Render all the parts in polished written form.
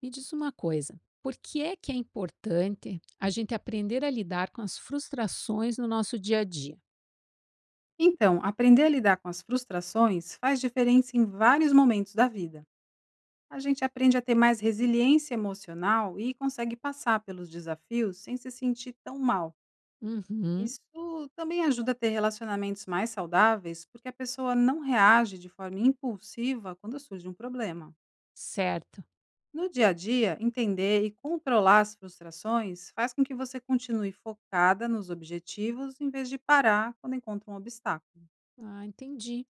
Me diz uma coisa, por que é importante a gente aprender a lidar com as frustrações no nosso dia a dia? Então, aprender a lidar com as frustrações faz diferença em vários momentos da vida. A gente aprende a ter mais resiliência emocional e consegue passar pelos desafios sem se sentir tão mal. Uhum, Isso também ajuda a ter relacionamentos mais saudáveis, porque a pessoa não reage de forma impulsiva quando surge um problema. certo. No dia a dia, entender e controlar as frustrações faz com que você continue focada nos objetivos em vez de parar quando encontra um obstáculo. Ah, entendi.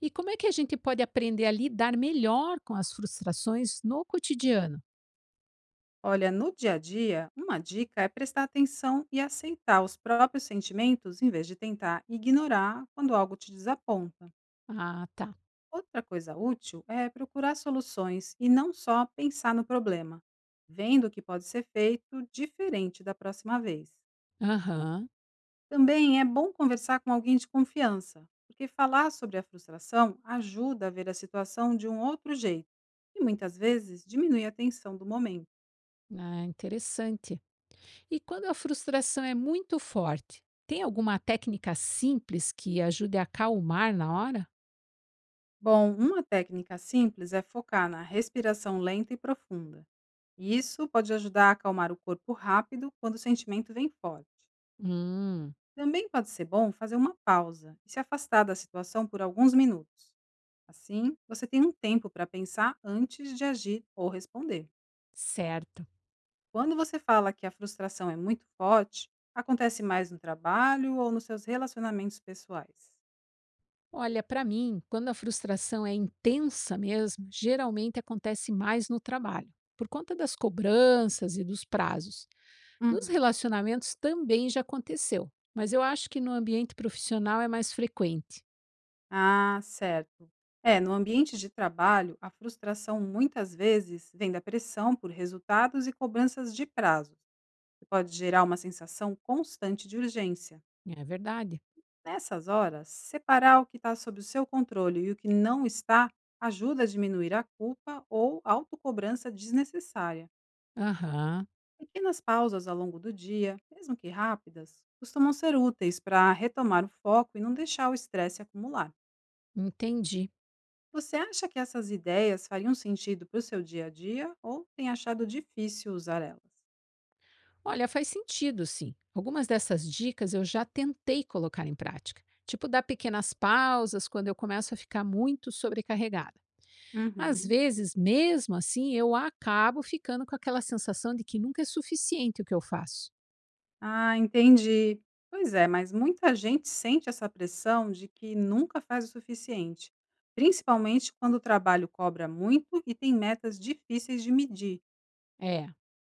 E como é que a gente pode aprender a lidar melhor com as frustrações no cotidiano? Olha, no dia a dia, uma dica é prestar atenção e aceitar os próprios sentimentos em vez de tentar ignorar quando algo te desaponta. Ah, tá. Outra coisa útil é procurar soluções e não só pensar no problema, vendo o que pode ser feito diferente da próxima vez. Aham. Também é bom conversar com alguém de confiança, porque falar sobre a frustração ajuda a ver a situação de um outro jeito e muitas vezes diminui a tensão do momento. Ah, interessante. E quando a frustração é muito forte, tem alguma técnica simples que ajude a acalmar na hora? Bom, uma técnica simples é focar na respiração lenta e profunda. E isso pode ajudar a acalmar o corpo rápido quando o sentimento vem forte. Hum, Também pode ser bom fazer uma pausa e se afastar da situação por alguns minutos. Assim, você tem um tempo para pensar antes de agir ou responder. certo. Quando você fala que a frustração é muito forte, acontece mais no trabalho ou nos seus relacionamentos pessoais? Olha, para mim, quando a frustração é intensa mesmo, geralmente acontece mais no trabalho, por conta das cobranças e dos prazos. Nos Uhum. relacionamentos também já aconteceu, mas eu acho que no ambiente profissional é mais frequente. Ah, certo. É, no ambiente de trabalho, a frustração muitas vezes vem da pressão por resultados e cobranças de prazos, que pode gerar uma sensação constante de urgência. É verdade? Nessas horas, separar o que está sob o seu controle e o que não está ajuda a diminuir a culpa ou autocobrança desnecessária. Aham, Pequenas pausas ao longo do dia, mesmo que rápidas, costumam ser úteis para retomar o foco e não deixar o estresse acumular. entendi. Você acha que essas ideias fariam sentido para o seu dia a dia ou tem achado difícil usar elas? Olha, faz sentido, sim. Algumas dessas dicas eu já tentei colocar em prática, tipo dar pequenas pausas quando eu começo a ficar muito sobrecarregada. Às Uhum. vezes, mesmo assim, eu acabo ficando com aquela sensação de que nunca é suficiente o que eu faço. Ah, entendi. Pois é, mas muita gente sente essa pressão de que nunca faz o suficiente, principalmente quando o trabalho cobra muito e tem metas difíceis de medir. É.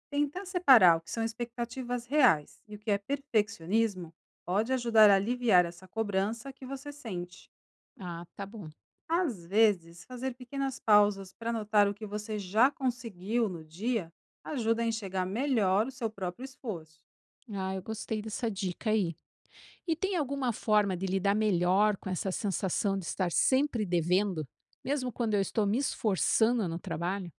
Tentar separar o que são expectativas reais e o que é perfeccionismo pode ajudar a aliviar essa cobrança que você sente. Ah, tá bom. Às vezes, fazer pequenas pausas para anotar o que você já conseguiu no dia ajuda a enxergar melhor o seu próprio esforço. Ah, eu gostei dessa dica aí. E tem alguma forma de lidar melhor com essa sensação de estar sempre devendo, mesmo quando eu estou me esforçando no trabalho?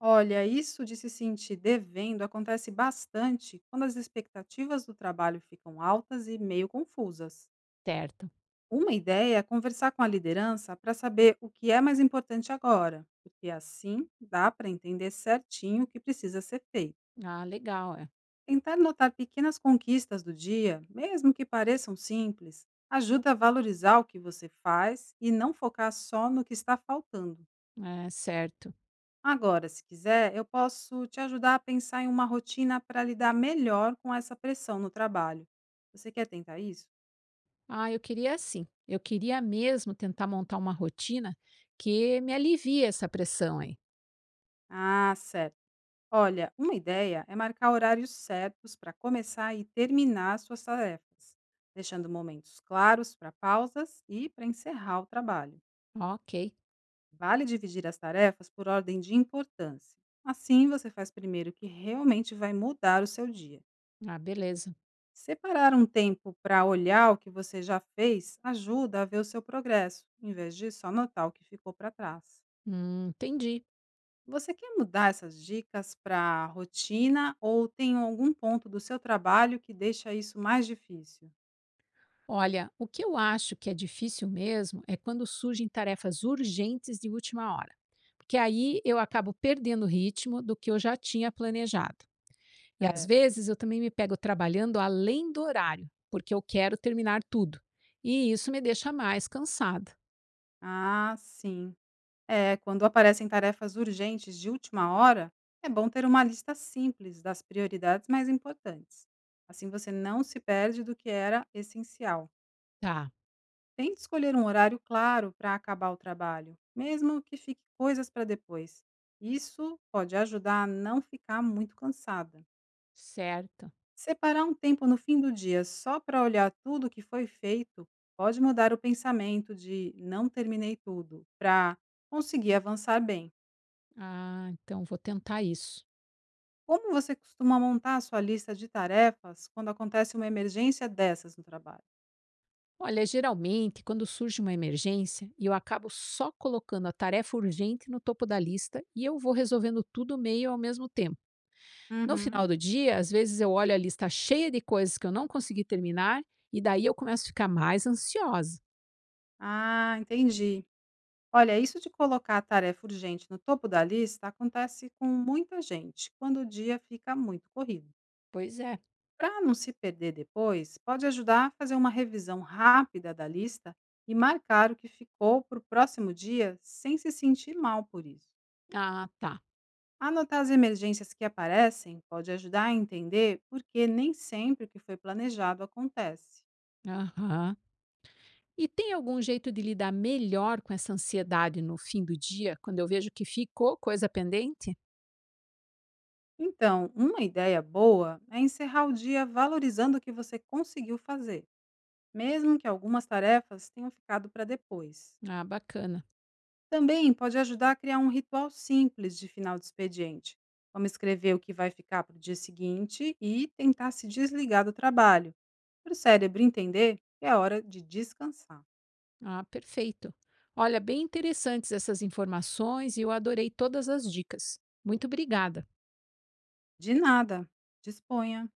Olha, isso de se sentir devendo acontece bastante quando as expectativas do trabalho ficam altas e meio confusas. Certo. Uma ideia é conversar com a liderança para saber o que é mais importante agora, porque assim dá para entender certinho o que precisa ser feito. Ah, legal, é. Tentar notar pequenas conquistas do dia, mesmo que pareçam simples, ajuda a valorizar o que você faz e não focar só no que está faltando. É, certo. Agora, se quiser, eu posso te ajudar a pensar em uma rotina para lidar melhor com essa pressão no trabalho. Você quer tentar isso? Ah, eu queria assim. Eu queria mesmo tentar montar uma rotina que me alivie essa pressão aí. Ah, certo. Olha, uma ideia é marcar horários certos para começar e terminar suas tarefas, deixando momentos claros para pausas e para encerrar o trabalho. Ok. Vale dividir as tarefas por ordem de importância. Assim, você faz primeiro o que realmente vai mudar o seu dia. Ah, beleza. Separar um tempo para olhar o que você já fez ajuda a ver o seu progresso, em vez de só notar o que ficou para trás. Entendi. Você quer mudar essas dicas para a rotina ou tem algum ponto do seu trabalho que deixa isso mais difícil? Olha, o que eu acho que é difícil mesmo é quando surgem tarefas urgentes de última hora, porque aí eu acabo perdendo o ritmo do que eu já tinha planejado. E às É. vezes eu também me pego trabalhando além do horário, porque eu quero terminar tudo. E isso me deixa mais cansada. Ah, sim. É, quando aparecem tarefas urgentes de última hora, é bom ter uma lista simples das prioridades mais importantes. Assim você não se perde do que era essencial. Tá, Tente escolher um horário claro para acabar o trabalho, mesmo que fique coisas para depois. Isso pode ajudar a não ficar muito cansada. certo. Separar um tempo no fim do dia só para olhar tudo o que foi feito pode mudar o pensamento de não terminei tudo para conseguir avançar bem. Ah, então vou tentar isso. Como você costuma montar a sua lista de tarefas quando acontece uma emergência dessas no trabalho? Olha, geralmente, quando surge uma emergência eu acabo só colocando a tarefa urgente no topo da lista e eu vou resolvendo tudo meio ao mesmo tempo. No Uhum. final do dia, às vezes eu olho a lista cheia de coisas que eu não consegui terminar e daí eu começo a ficar mais ansiosa. Ah, entendi. Olha, isso de colocar a tarefa urgente no topo da lista acontece com muita gente quando o dia fica muito corrido. Pois é. Para não se perder depois, pode ajudar a fazer uma revisão rápida da lista e marcar o que ficou para o próximo dia sem se sentir mal por isso. Ah, tá. Anotar as emergências que aparecem pode ajudar a entender por que nem sempre o que foi planejado acontece. Aham. E tem algum jeito de lidar melhor com essa ansiedade no fim do dia, quando eu vejo que ficou coisa pendente? Então, uma ideia boa é encerrar o dia valorizando o que você conseguiu fazer, mesmo que algumas tarefas tenham ficado para depois. Ah, bacana. Também pode ajudar a criar um ritual simples de final de expediente, como escrever o que vai ficar para o dia seguinte e tentar se desligar do trabalho, para o cérebro entender que é hora de descansar. Ah, perfeito. Olha, bem interessantes essas informações e eu adorei todas as dicas. Muito obrigada. De nada, disponha!